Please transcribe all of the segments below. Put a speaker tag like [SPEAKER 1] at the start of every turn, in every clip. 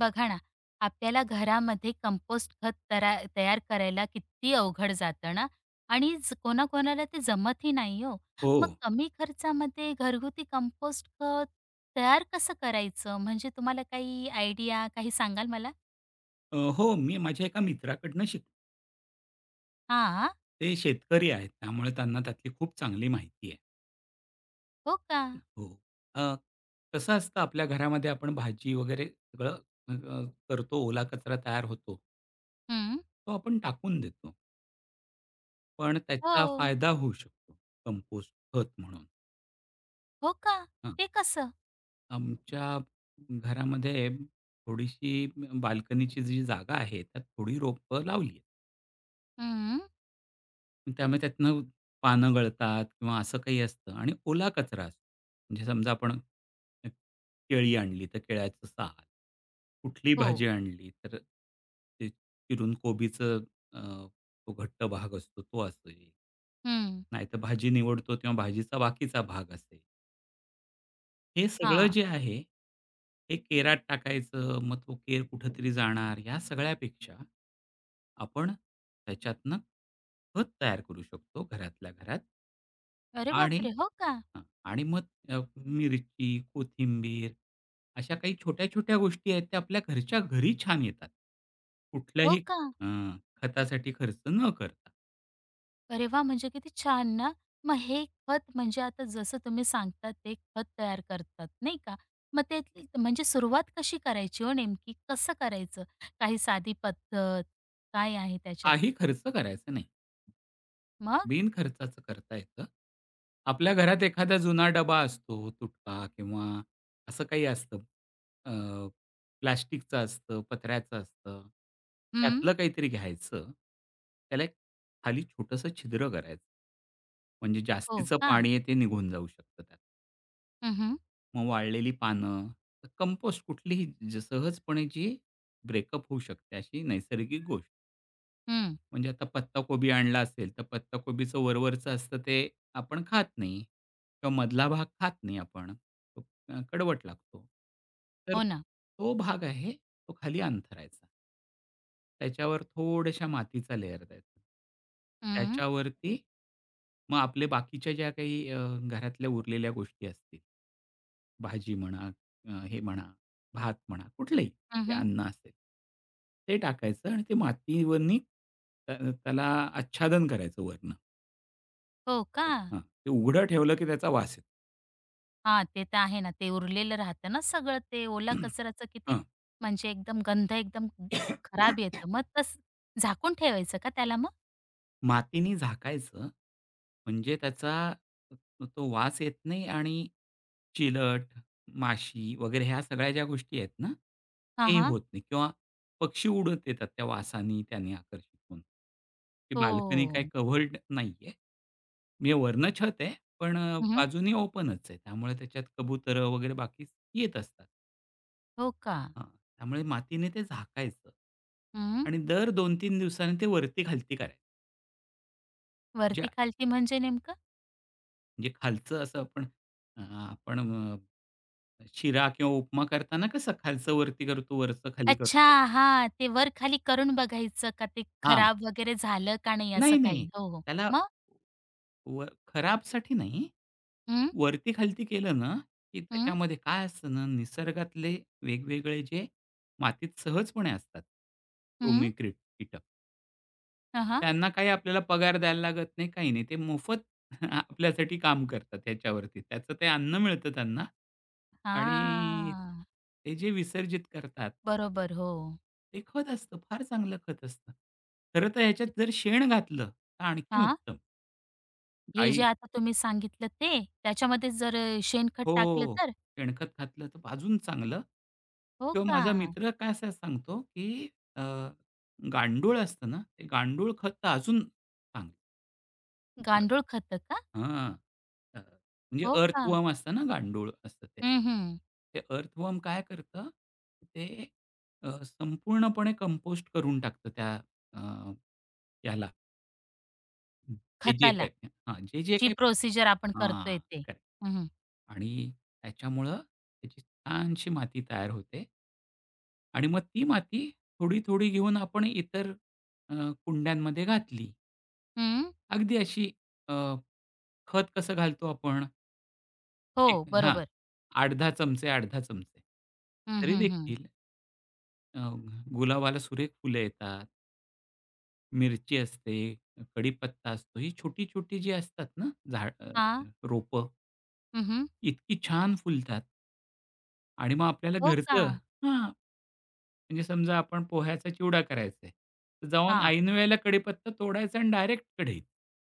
[SPEAKER 1] बघा ना, आपल्याला घरामध्ये कंपोस्ट खत तयार करायला किती अवघड जातं ना आणि कोणाकोणाला ते जमतही नाही हो.
[SPEAKER 2] हो.
[SPEAKER 1] मग कमी खर्चामध्ये घरगुती कंपोस्ट खत तयार कसं करायचं? म्हणजे तुम्हाला काही आयडिया काही सांगाल मला?
[SPEAKER 2] मी माझ्या एका मित्राकडनं शिकलो.
[SPEAKER 1] हा,
[SPEAKER 2] ते शेतकरी आहेत, त्यामुळे त्यांना त्यातली खूप चांगली माहिती आहे.
[SPEAKER 1] हो का?
[SPEAKER 2] हो. अ, कसं असतं आपल्या घरामध्ये आपण भाजी वगैरे सगळं अ, अ, करतो, ओला कचरा तयार होतो,
[SPEAKER 1] हं.
[SPEAKER 2] तो आपण टाकून देतो. पण त्याचा
[SPEAKER 1] हो.
[SPEAKER 2] फायदा होऊ शकतो कंपोस्ट खत म्हणून.
[SPEAKER 1] हो का?
[SPEAKER 2] हां.
[SPEAKER 1] ते कसं?
[SPEAKER 2] आमच्या घरामध्ये थोडीशी बाल्कनीची जी जागा आहे, त्यात थोडी रोपं लावली आहेत.
[SPEAKER 1] हं.
[SPEAKER 2] त्यामुळे त्यातनं पानं गळतात किंवा असं काही असतं आणि ओला कचरा असतो. म्हणजे समजा आपण केळी आणली तर केळ्याचं साल, कुठली
[SPEAKER 1] हो.
[SPEAKER 2] भाजी आणली तर ते चिरून कोबीचं अ, तो घट्ट भाग असतो तो असेल.
[SPEAKER 1] हं.
[SPEAKER 2] नाहीतर भाजी निवडतो तेव्हा भाजीचा बाकीचा भाग असेल. हे सगळं
[SPEAKER 1] हां.
[SPEAKER 2] जे आहे, हे केरात टाकायचं, मग तो केर कुठेतरी जाणार, ह्या सगळ्यापेक्षा आपण त्याच्यातनं खत तयार करू शकतो घरातल्या घरात.
[SPEAKER 1] अरे
[SPEAKER 2] आणि
[SPEAKER 1] बापरे! हो का?
[SPEAKER 2] हां, आणि मग अ, मिरची, कोथिंबीर अशा काही छोट्या-छोट्या गोष्टी आहेत, त्या आपल्या घरच्या घरी छान येतात.
[SPEAKER 1] हो
[SPEAKER 2] कुठल्याही
[SPEAKER 1] का?
[SPEAKER 2] अ, खतासाठी खर्च न करता.
[SPEAKER 1] अरे वाह! म्हणजे किती छान ना. मग हे खत म्हणजे आता जसं तुम्ही सांगतात ते खत तयार करतात, नाही का? मग ते म्हणजे सुरुवात कशी करायची हो नेमकी? कसं करायचं? काही साधी पद्धत काय आहे त्याच्यात?
[SPEAKER 2] काही खर्च करायचा नाही.
[SPEAKER 1] मग?
[SPEAKER 2] बिनखर्चाचं करता येतं. आपल्या घरात एखादा जुना डबा असतो, तुटका किंवा असं काही असतं. अ, प्लास्टिकचं असतं, पत्र्याचं असतं.
[SPEAKER 1] हं.
[SPEAKER 2] त्यातलं काहीतरी घ्यायचं. त्याला एक खाली छोटंसं छिद्र करायचं. म्हणजे
[SPEAKER 1] हो
[SPEAKER 2] जास्तीचं
[SPEAKER 1] का?
[SPEAKER 2] पाणी आहे ते निघून जाऊ शकतं त्यात.
[SPEAKER 1] हं, हं.
[SPEAKER 2] मग वाळलेली पानं, कंपोस्ट कुठलीही सहजपणे जी ब्रेकअप होऊ शकते अशी नैसर्गिक गोष्ट. म्हणजे आता पत्ताकोबी आणला असेल, तर पत्ताकोबीचं वरवरचं असतं ते आपण खात नाही किंवा मधला भाग खात नाही आपण. तो कडवट लागतो. तर
[SPEAKER 1] हो ना.
[SPEAKER 2] तो भाग आहे, तो खाली अंथरायचा. त्याच्यावर थोड्याशा मातीचा लेयर द्यायचा.
[SPEAKER 1] हं.
[SPEAKER 2] त्याच्यावरती मग आपले बाकीच्या ज्या काही घरातल्या उरलेल्या गोष्टी असतील भाजी म्हणा, हे म्हणा, भात म्हणा, कुठलंही ते
[SPEAKER 1] हं,
[SPEAKER 2] अन्न असेल, ते टाकायचं आणि ते मातीवरनी त त्याला आच्छादन करायचं वरनं.
[SPEAKER 1] हो का?
[SPEAKER 2] हां, ते उघडं ठेवलं की त्याचा वास येतो.
[SPEAKER 1] हां, ते तर आहे ना. ते उरलेलं राहतं ना सगळं ते ओला कचऱ्याचं किती
[SPEAKER 2] हां.
[SPEAKER 1] म्हणजे एकदम गंध एकदम खराब येतं. मग तसं झाकून ठेवायचं का त्याला मग?
[SPEAKER 2] मातीने झाकायचं, म्हणजे त्याचा तो वास येत नाही आणि चिलट, माशी वगैरे ह्या सगळ्या ज्या गोष्टी आहेत ना,
[SPEAKER 1] हां,
[SPEAKER 2] ते
[SPEAKER 1] हां.
[SPEAKER 2] होत नाही किंवा पक्षी उडत येतात त्या वासानी त्याने आकर्षित होऊन. ती बाल्कनी काही
[SPEAKER 1] हो.
[SPEAKER 2] कव्हर्ड नाहीये. म्हणजे वरनं छत आहे, पण
[SPEAKER 1] हं,
[SPEAKER 2] बाजूनी ओपनच आहे. त्यामुळे त्याच्यात कबुतरं वगैरे बाकी येत असतात.
[SPEAKER 1] हो का?
[SPEAKER 2] हां, त्यामुळे मातीने ते झाकायचं
[SPEAKER 1] हं.
[SPEAKER 2] आणि दर 2-3 दिवसांनी ते वरती-खालती करायचं. म्हणजे
[SPEAKER 1] वरती खालती म्हणजे नेमकं?
[SPEAKER 2] म्हणजे खालचं असं आपण शिरा किंवा उपमा करताना कसं खालचं वरती करतो, वरचं खाली
[SPEAKER 1] अच्छा,
[SPEAKER 2] करतो.
[SPEAKER 1] हां. ते वर खाली करून बघायचं का ते
[SPEAKER 2] हां.
[SPEAKER 1] खराब वगैरे झालं का नाही
[SPEAKER 2] नाही,
[SPEAKER 1] असं काही.
[SPEAKER 2] नाही.
[SPEAKER 1] हो, हो.
[SPEAKER 2] त्याला
[SPEAKER 1] मग?
[SPEAKER 2] खराबसाठी नाही.
[SPEAKER 1] हं,
[SPEAKER 2] वरती-खालती केलं ना, की
[SPEAKER 1] हं,
[SPEAKER 2] त्याच्यामध्ये काय असतं ना, निसर्गातले वेगवेगळे जे मातीत सहजपणे असतात,
[SPEAKER 1] हं.
[SPEAKER 2] कृमी, कीटक
[SPEAKER 1] हां, हां.
[SPEAKER 2] त्यांना काही आपल्याला पगार द्यायला लागत नाही, काही नाही. ते मोफत आपल्यासाठी काम करतात ह्याच्यावरती. त्याचं ते अन्न मिळतं त्यांना आणि ते जे विसर्जित करतात,
[SPEAKER 1] बरोबर. हो.
[SPEAKER 2] ते खत असतं. फार चांगलं खत असतं. खरं तर ह्याच्यात जर शेण घातलं, तर आणखीन
[SPEAKER 1] हां.
[SPEAKER 2] उत्तम.
[SPEAKER 1] हे जे
[SPEAKER 2] गाई
[SPEAKER 1] आता तुम्ही सांगितलं ते? त्याच्यामध्ये जर शेणखत टाकलं
[SPEAKER 2] हो.
[SPEAKER 1] तर?
[SPEAKER 2] शेणखत घातलं तर अजून चांगलं.
[SPEAKER 1] हो
[SPEAKER 2] किंवा
[SPEAKER 1] का?
[SPEAKER 2] माझा मित्र काय असं सांगतो, की अ, गांडूळ असतं ना, ते गांडूळ खत तर अजून चांगलं.
[SPEAKER 1] गांडूळ खतं का?
[SPEAKER 2] हां. म्हणजे
[SPEAKER 1] हो का?
[SPEAKER 2] अर्थवर्म असतं ना, गांडूळ असतं ते.
[SPEAKER 1] हं, हं.
[SPEAKER 2] ते अर्थवर्म काय करतं, ते संपूर्णपणे कंपोस्ट करून टाकतं त्या अ, याला जे जे
[SPEAKER 1] खताला
[SPEAKER 2] काही हां, जे जे
[SPEAKER 1] जी
[SPEAKER 2] काही
[SPEAKER 1] प्रोसिजर आपण करतोय
[SPEAKER 2] हां,
[SPEAKER 1] ते.
[SPEAKER 2] करेक्ट.
[SPEAKER 1] हं, हं.
[SPEAKER 2] आणि त्याच्यामुळं त्याची छानशी माती तयार होते. आणि मग ती माती थोडी-थोडी घेऊन आपण इतर अ, कुंड्यांमध्ये घातली.
[SPEAKER 1] हं.
[SPEAKER 2] अगदी अशी अ, खत कसं घालतो आपण
[SPEAKER 1] हो,
[SPEAKER 2] एक हां,
[SPEAKER 1] बरोबर.
[SPEAKER 2] 8-10 चमचे, 8-10 चमचे.
[SPEAKER 1] हं,
[SPEAKER 2] तरी
[SPEAKER 1] हं, हं.
[SPEAKER 2] देखील अ, गुलाबाला सुरेख फुलं येतात, मिरची असते, कढीपत्ता असतो. ही छोटी-छोटी जी असतात ना
[SPEAKER 1] हां.
[SPEAKER 2] रोपं,
[SPEAKER 1] हं, हं.
[SPEAKER 2] इतकी छान फुलतात. आणि मग आपल्याला
[SPEAKER 1] हो का?
[SPEAKER 2] घरचं हां, म्हणजे समजा आपण पोह्याचा चिवडा करायचा आहे. तर जाऊन
[SPEAKER 1] हां.
[SPEAKER 2] ऐन वेळेला कढीपत्ता तोडायचा आणि डायरेक्ट कढईत.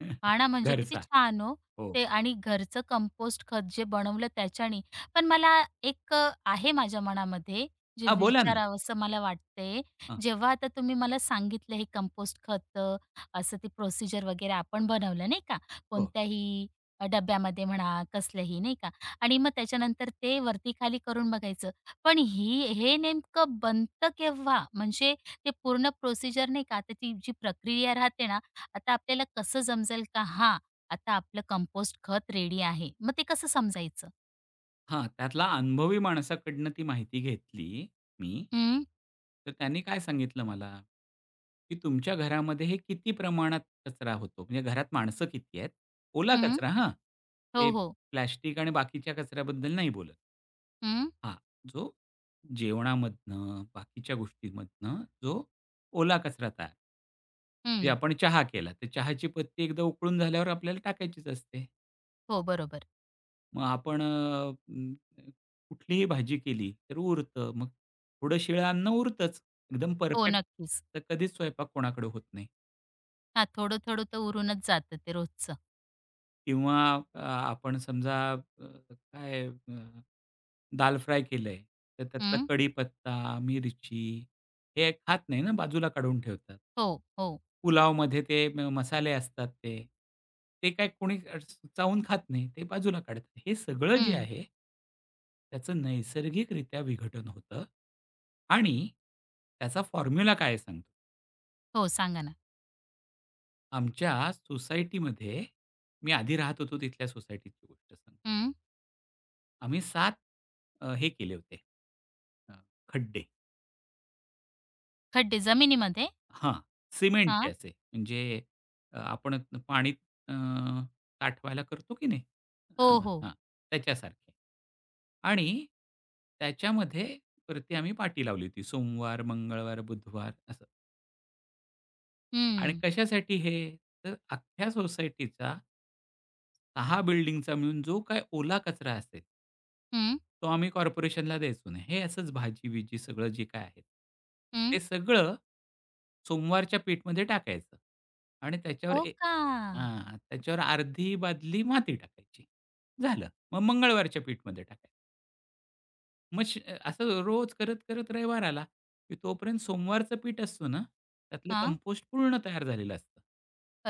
[SPEAKER 1] हां ना, म्हणजे किती
[SPEAKER 2] घरचा.
[SPEAKER 1] छान हो.
[SPEAKER 2] हो.
[SPEAKER 1] ते आणि घरचं कंपोस्ट खत जे बनवलं त्याच्याने. पण मला एक आहे माझ्या मनामध्ये जे
[SPEAKER 2] हां, बोला ना.
[SPEAKER 1] विचारावसं मला वाटतंय.
[SPEAKER 2] हां,
[SPEAKER 1] जेव्हा आता तुम्ही मला सांगितलं हे कंपोस्ट खत असं ती प्रोसिजर वगैरे आपण बनवलं नाही का,
[SPEAKER 2] हो.
[SPEAKER 1] कोणत्याही डब्यामध्ये म्हणा कसलंही नाही का आणि मग त्याच्यानंतर ते वरती खाली करून बघायचं. पण ही हे नेमकं बनतं केव्हा? म्हणजे ते पूर्ण प्रोसिजर नाही का, आता ती जी प्रक्रिया राहते ना, आता आपल्याला कसं समजेल का हा आता आपलं कंपोस्ट खत रेडी आहे. मग ते कसं समजायचं?
[SPEAKER 2] हां, त्यातला अनुभवी माणसाकडनं ती माहिती घेतली मी.
[SPEAKER 1] हं,
[SPEAKER 2] तर त्याने काय सांगितलं मला, की तुमच्या घरामध्ये हे किती प्रमाणात कचरा होतो? म्हणजे घरात माणसं किती आहेत? ओला
[SPEAKER 1] हं.
[SPEAKER 2] कचरा हां, ते
[SPEAKER 1] हो, हो.
[SPEAKER 2] प्लास्टिक आणि बाकीच्या कचऱ्याबद्दल नाही बोलत.
[SPEAKER 1] हं,
[SPEAKER 2] हां, जो जेवणामधनं, बाकीच्या गोष्टींमधनं जो ओला कचरा तयार म्हणजे
[SPEAKER 1] हं.
[SPEAKER 2] आपण चहा केला, तर चहाची पत्ती एकदा उकळून झाल्यावर आपल्याला टाकायचीच असते.
[SPEAKER 1] हो, बरोबर.
[SPEAKER 2] मग अं, कुठलीही भाजी केली तर उरतं. मग थोडं शिळं अन्न उरतंच. एकदम
[SPEAKER 1] हो,
[SPEAKER 2] परफेक्ट
[SPEAKER 1] नक्कीच.
[SPEAKER 2] तर कधीच स्वयंपाक कोणाकडे होत नाही
[SPEAKER 1] हां, थोडं-थोडं तर उरूनच जातं ते रोजचं.
[SPEAKER 2] किंवा आपण समजा अ, काय दाल फ्राय केलंय, तर त्यातला
[SPEAKER 1] हं.
[SPEAKER 2] कढीपत्ता, मिरची हे खात नाही ना, बाजूला काढून ठेवतात.
[SPEAKER 1] हो, हो.
[SPEAKER 2] पुलावमध्ये ते मसाले असतात ते. ते काय कोणी चावून खात नाही, ते बाजूला काढतात. हे सगळं जे
[SPEAKER 1] हं.
[SPEAKER 2] आहे त्याचं नैसर्गिकरित्या विघटन होतं आणि त्याचा फॉर्म्युला काय आहे सांगतो.
[SPEAKER 1] हो, सांगा ना.
[SPEAKER 2] आमच्या सोसायटीमध्ये मी आधी राहत होतो तिथल्या सोसायटीची गोष्ट सांगतो.
[SPEAKER 1] हं.
[SPEAKER 2] आम्ही 7 हे केले होते, अ, खड्डे.
[SPEAKER 1] खड्डे जमिनीमध्ये?
[SPEAKER 2] हां, सिमेंट
[SPEAKER 1] हां.
[SPEAKER 2] त्याचे म्हणजे आपण पाणी अ, साठवायला करतो की नाही अ,
[SPEAKER 1] हो, हो.
[SPEAKER 2] हां, त्याच्यासारखे आणि त्याच्यामध्ये वरती आम्ही पाटी लावली होती. सोमवार, मंगळवार, बुधवार असं आणि
[SPEAKER 1] हं.
[SPEAKER 2] कशासाठी हे? तर अख्ख्या सोसायटीचा 6 बिल्डिंगचा मिळून जो काही ओला कचरा असेल
[SPEAKER 1] हं,
[SPEAKER 2] तो आम्ही कॉर्पोरेशनला द्यायचो नाही. हे असंच भाजी-बिजी सगळं जे काय आहे.
[SPEAKER 1] हं.
[SPEAKER 2] ते सगळं सोमवारच्या पीठमध्ये टाकायचं आणि त्याच्यावर
[SPEAKER 1] हो
[SPEAKER 2] ए
[SPEAKER 1] का?
[SPEAKER 2] हां, त्याच्यावर अर्धी बादली माती टाकायची. झालं. मग मंगळवारच्या पीठमध्ये टाकायचं. मग श असं रोज करत, करत रविवार आला, की तोपर्यंत सोमवारचं पीठ असतं ना, त्यातलं
[SPEAKER 1] हां.
[SPEAKER 2] कंपोस्ट पूर्ण तयार झालेलं असतं.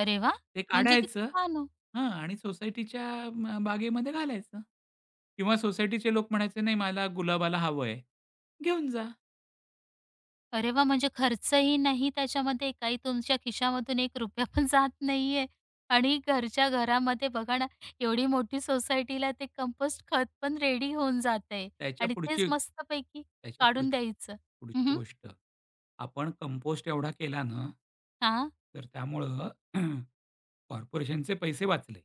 [SPEAKER 1] अरे वाह!
[SPEAKER 2] ते
[SPEAKER 1] म्हणजे किती
[SPEAKER 2] काढायचं
[SPEAKER 1] छान हो.
[SPEAKER 2] हां आणि सोसायटीच्या बागेमध्ये घालायचं किंवा सोसायटीचे लोक म्हणायचे, "नाही मला गुलाबाला हवं आहे." घेऊन जा.
[SPEAKER 1] अरे वाह! म्हणजे खर्चही नाही त्याच्यामध्ये, काही तुमच्या खिशामधून 1 रुपया पण जात नाहीये आणि घरच्या घरामध्ये बघा ना, एवढी मोठी सोसायटीला ते कंपोस्ट खत पण रेडी होऊन जातंय
[SPEAKER 2] त्याच्या
[SPEAKER 1] आणि तेच
[SPEAKER 2] पुढची
[SPEAKER 1] मस्तपैकी
[SPEAKER 2] त्याच्या पुढ
[SPEAKER 1] काढून द्यायचं. हं,
[SPEAKER 2] पुढची
[SPEAKER 1] हं.
[SPEAKER 2] गोष्ट, आपण कंपोस्ट एवढा केला ना,
[SPEAKER 1] हां,
[SPEAKER 2] तर त्यामुळं कॉर्पोरेशनचे पैसे वाचले,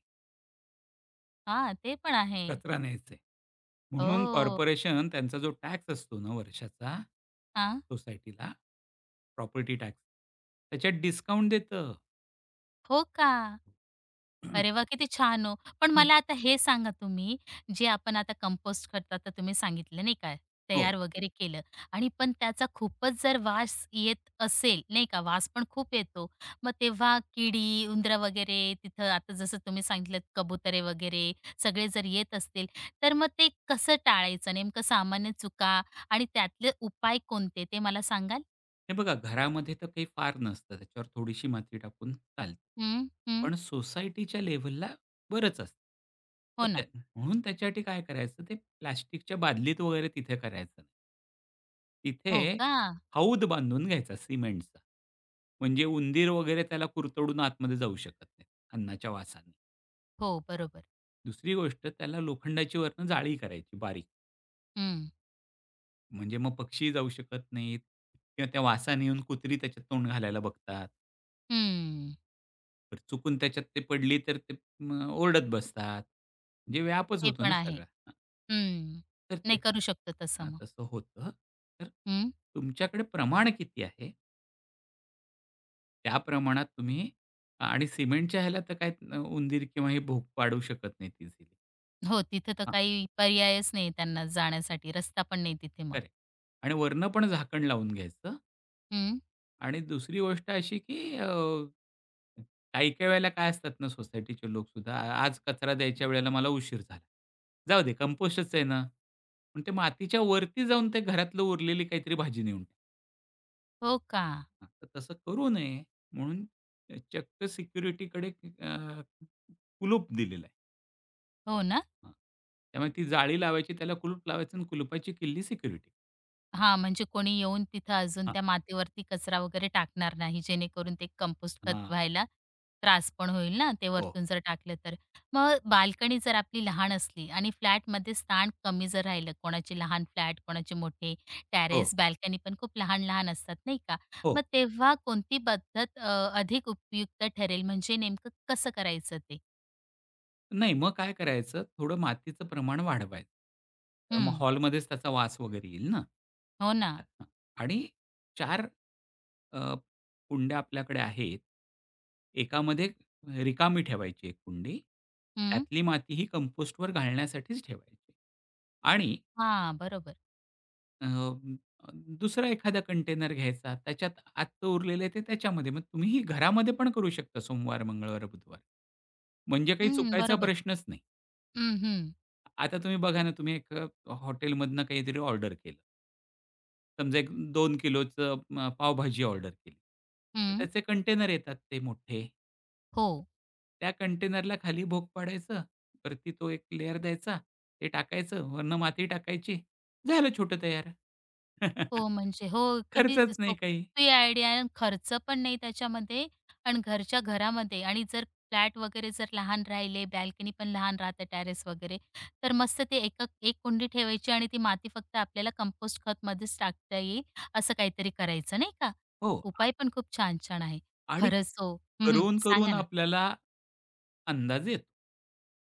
[SPEAKER 1] हां. ते पण आहे.
[SPEAKER 2] कचरा न्यायचे. म्हणून
[SPEAKER 1] ओह!
[SPEAKER 2] कॉर्पोरेशन त्यांचा जो टॅक्स असतो ना वर्षाचा,
[SPEAKER 1] हां.
[SPEAKER 2] सोसायटीला प्रॉपर्टी टॅक्स, त्याच्यात डिस्काउंट देतं.
[SPEAKER 1] हो का? अरे वाह! किती छान हो. पण मला आता हे सांगा तुम्ही, जे आपण आता कंपोस्ट करतात तर तुम्ही सांगितलं नाही का,
[SPEAKER 2] हो.
[SPEAKER 1] तयार वगैरे केलं आणि पण त्याचा खूपच जर वास येत असेल, नाही का, वास पण खूप येतो. मग तेव्हा किडी, उंदरं वगैरे तिथं आता जसं तुम्ही सांगितलं कबुतरे वगैरे सगळे जर येत असतील, तर मग ते कसं टाळायचं? नेमकं सामान्य चुका आणि त्यातले उपाय कोणते ते मला सांगाल?
[SPEAKER 2] हे बघा घरामध्ये तर काही फार नसतं त्याच्यावर थोडीशी माती टाकून चालते.
[SPEAKER 1] हं, हं.
[SPEAKER 2] पण सोसायटीच्या लेव्हलला बरंच असतं. मग
[SPEAKER 1] हो
[SPEAKER 2] त्या
[SPEAKER 1] ना.
[SPEAKER 2] म्हणून त्याच्यासाठी काय करायचं ते प्लास्टिकच्या बादलीत वगैरे तिथे करायचं नाही. तिथे
[SPEAKER 1] हो का?
[SPEAKER 2] हौद बांधून घ्यायचा सिमेंटचा. म्हणजे उंदीर वगैरे त्याला कुरतडून आतमध्ये जाऊ शकत नाही अन्नाच्या वासाने.
[SPEAKER 1] हो, बरोबर.
[SPEAKER 2] दुसरी गोष्ट त्याला लोखंडाची वरनं जाळी करायची बारीक.
[SPEAKER 1] हं,
[SPEAKER 2] म्हणजे मग पक्षी जाऊ शकत नाहीत किंवा त्या वासाने येऊन कुत्री त्याच्यात तोंड घालायला बघतात.
[SPEAKER 1] हं.
[SPEAKER 2] तर चुकून त्याच्यात ते पडली तर ते मग ओरडत बसतात. म्हणजे व्यापच
[SPEAKER 1] ते
[SPEAKER 2] होतो
[SPEAKER 1] पण
[SPEAKER 2] ना
[SPEAKER 1] आहे.
[SPEAKER 2] सगळा. हां.
[SPEAKER 1] हं.
[SPEAKER 2] तर
[SPEAKER 1] नाही करू शकतो तसं मग.
[SPEAKER 2] तसं होतं. तर
[SPEAKER 1] हं.
[SPEAKER 2] तुमच्याकडे प्रमाण किती आहे? त्या प्रमाणात तुम्ही आणि सिमेंटच्या ह्याला तर काय उंदीर किंवा हे भोक पाडू शकत नाहीत इझिली.
[SPEAKER 1] हो, तिथं तर
[SPEAKER 2] हां,
[SPEAKER 1] काही पर्यायच नाही त्यांना जाण्यासाठी. रस्ता पण नाही तिथे मग.
[SPEAKER 2] करेक्ट. आणि वरनं पण झाकण लावून घ्यायचं
[SPEAKER 1] हं.
[SPEAKER 2] आणि दुसरी गोष्ट अशी की काही-काही वेळेला काय असतात ना सोसायटीचे लोकसुद्धा, आज कचरा द्यायच्या वेळेला मला उशीर झाला. जाऊ दे कंपोस्टच आहे ना." पण ते मातीच्या वरती जाऊन ते घरातलं उरलेली काहीतरी भाजी नेऊन टाकतात.
[SPEAKER 1] हो का?
[SPEAKER 2] तर तसं करू नये म्हणून चक्क सिक्युरिटीकडे अ, कुलूप दिलेलं आहे.
[SPEAKER 1] हो ना?
[SPEAKER 2] हां. त्यामुळे ती जाळी लावायची, त्याला कुलूप लावायचं आणि कुलुपाची किल्ली सिक्युरिटी.
[SPEAKER 1] हां, म्हणजे कोणी येऊन तिथं अजून
[SPEAKER 2] हां,
[SPEAKER 1] त्या मातीवरती कचरा वगैरे टाकणार नाही, जेणेकरून ते कंपोस्ट खत
[SPEAKER 2] हां.
[SPEAKER 1] व्हायला त्रास पण होईल ना, ते
[SPEAKER 2] हो.
[SPEAKER 1] वरतून जर टाकलं तर. मग बाल्कनी जर आपली लहान असली आणि फ्लॅटमध्ये स्थान कमी जर राहिलं, कोणाचे लहान फ्लॅट, कोणाचे मोठे
[SPEAKER 2] हो,
[SPEAKER 1] टॅरेस, बाल्कनी पण खूप लहान-लहान असतात नाही का?
[SPEAKER 2] हो.
[SPEAKER 1] मग तेव्हा कोणती पद्धत अधिक उपयुक्त ठरेल, म्हणजे नेमकं कसं करायचं ते?
[SPEAKER 2] नाही, मग काय करायचं, थोडं मातीचं प्रमाण वाढवायचं. तर
[SPEAKER 1] हं,
[SPEAKER 2] मग हॉलमध्येच त्याचा वास वगैरे येईल ना.
[SPEAKER 1] हो ना.
[SPEAKER 2] हां. आणि 4 अ, कुंड्या आपल्याकडे आहेत. एकामध्ये रिकामी ठेवायची एक कुंडी.
[SPEAKER 1] हं,
[SPEAKER 2] त्यातली माती ही कंपोस्टवर घालण्यासाठीच ठेवायची. आणि
[SPEAKER 1] हां, बरोबर.
[SPEAKER 2] अ, दुसरा एखादा कंटेनर घ्यायचा. त्याच्यात आजचं उरलेलं ते त्याच्यामध्ये. मग तुम्ही ही घरामध्ये पण करू शकता सोमवार, मंगळवार, बुधवार. म्हणजे काही
[SPEAKER 1] हं,
[SPEAKER 2] चुकायचा
[SPEAKER 1] बरोबर.
[SPEAKER 2] प्रश्नच नाही.
[SPEAKER 1] हं, हं.
[SPEAKER 2] आता तुम्ही बघा ना, तुम्ही एक हॉटेलमधनं काहीतरी ऑर्डर केलं. समजा एक 2 किलोचं पावभाजी ऑर्डर केली. तर
[SPEAKER 1] हं,
[SPEAKER 2] त्याचे कंटेनर येतात ते मोठे.
[SPEAKER 1] हो.
[SPEAKER 2] त्या कंटेनरला खाली भोग पाडायचं, वरती तो एक लेयर द्यायचा, ते टाकायचं, वरनं माती टाकायची, झालं छोटं तयार.
[SPEAKER 1] हो, म्हणजे हो, किती
[SPEAKER 2] खर्चच नाही काही.
[SPEAKER 1] सोपी आयडिया आहे आणि खर्च पण नाही त्याच्यामध्ये आणि घरच्या घरामध्ये आणि जर फ्लॅट वगैरे जर लहान राहिले, बॅल्कनी पण लहान राहते टेरेस वगैरे, तर मस्त ते एक एक कुंडी ठेवायची आणि ती माती फक्त आपल्याला कंपोस्ट खतमध्येच टाकता येईल, असं काहीतरी करायचं नाही का?
[SPEAKER 2] हो.
[SPEAKER 1] उपाय पण खूप छान-छान आहे.
[SPEAKER 2] आणि
[SPEAKER 1] खरंच हो. हं,
[SPEAKER 2] करून,
[SPEAKER 1] सांगा
[SPEAKER 2] करून
[SPEAKER 1] ना.
[SPEAKER 2] आपल्याला अंदाज येतो.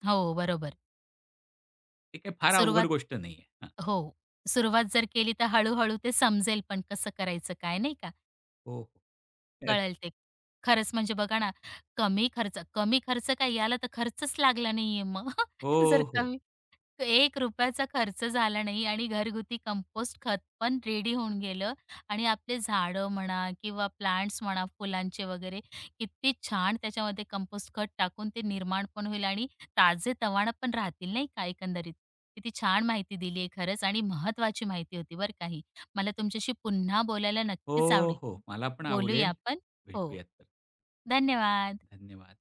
[SPEAKER 1] हो, बरोबर.
[SPEAKER 2] ते काही फार अवघड
[SPEAKER 1] सुरुवात
[SPEAKER 2] गोष्ट नाहीये. हां.
[SPEAKER 1] हो, सुरुवात जर केली तर हळू ते समजेल पण कसं करायचं काय नाही का?
[SPEAKER 2] हो, हो. अ,
[SPEAKER 1] कळेल ते. खरंच म्हणजे बघा ना, कमी खर्च कमी खर्च काय याला तर खर्चच लागला नाहीये मग.
[SPEAKER 2] हो,
[SPEAKER 1] जर
[SPEAKER 2] हो.
[SPEAKER 1] कमी एक रुपयाचा खर्च झाला नाही आणि घरगुती कंपोस्ट खत पण रेडी होऊन गेलं आणि आपले झाडं म्हणा किंवा प्लांट्स म्हणा, फुलांचे वगैरे किती छान त्याच्यामध्ये कंपोस्ट खत टाकून ते निर्माण पण होईल आणि ताजेतवानं पण राहतील नाही का एकंदरीत. किती छान माहिती दिली आहे खरंच आणि महत्त्वाची माहिती होती बरं का मला तुमच्याशी पुन्हा बोलायला नक्कीच
[SPEAKER 2] हो, हो.
[SPEAKER 1] आवडेल.
[SPEAKER 2] मला पण
[SPEAKER 1] बोलूया
[SPEAKER 2] आवडेल.
[SPEAKER 1] आपण. हो.
[SPEAKER 2] भेटूयात.
[SPEAKER 1] धन्यवाद.
[SPEAKER 2] धन्यवाद.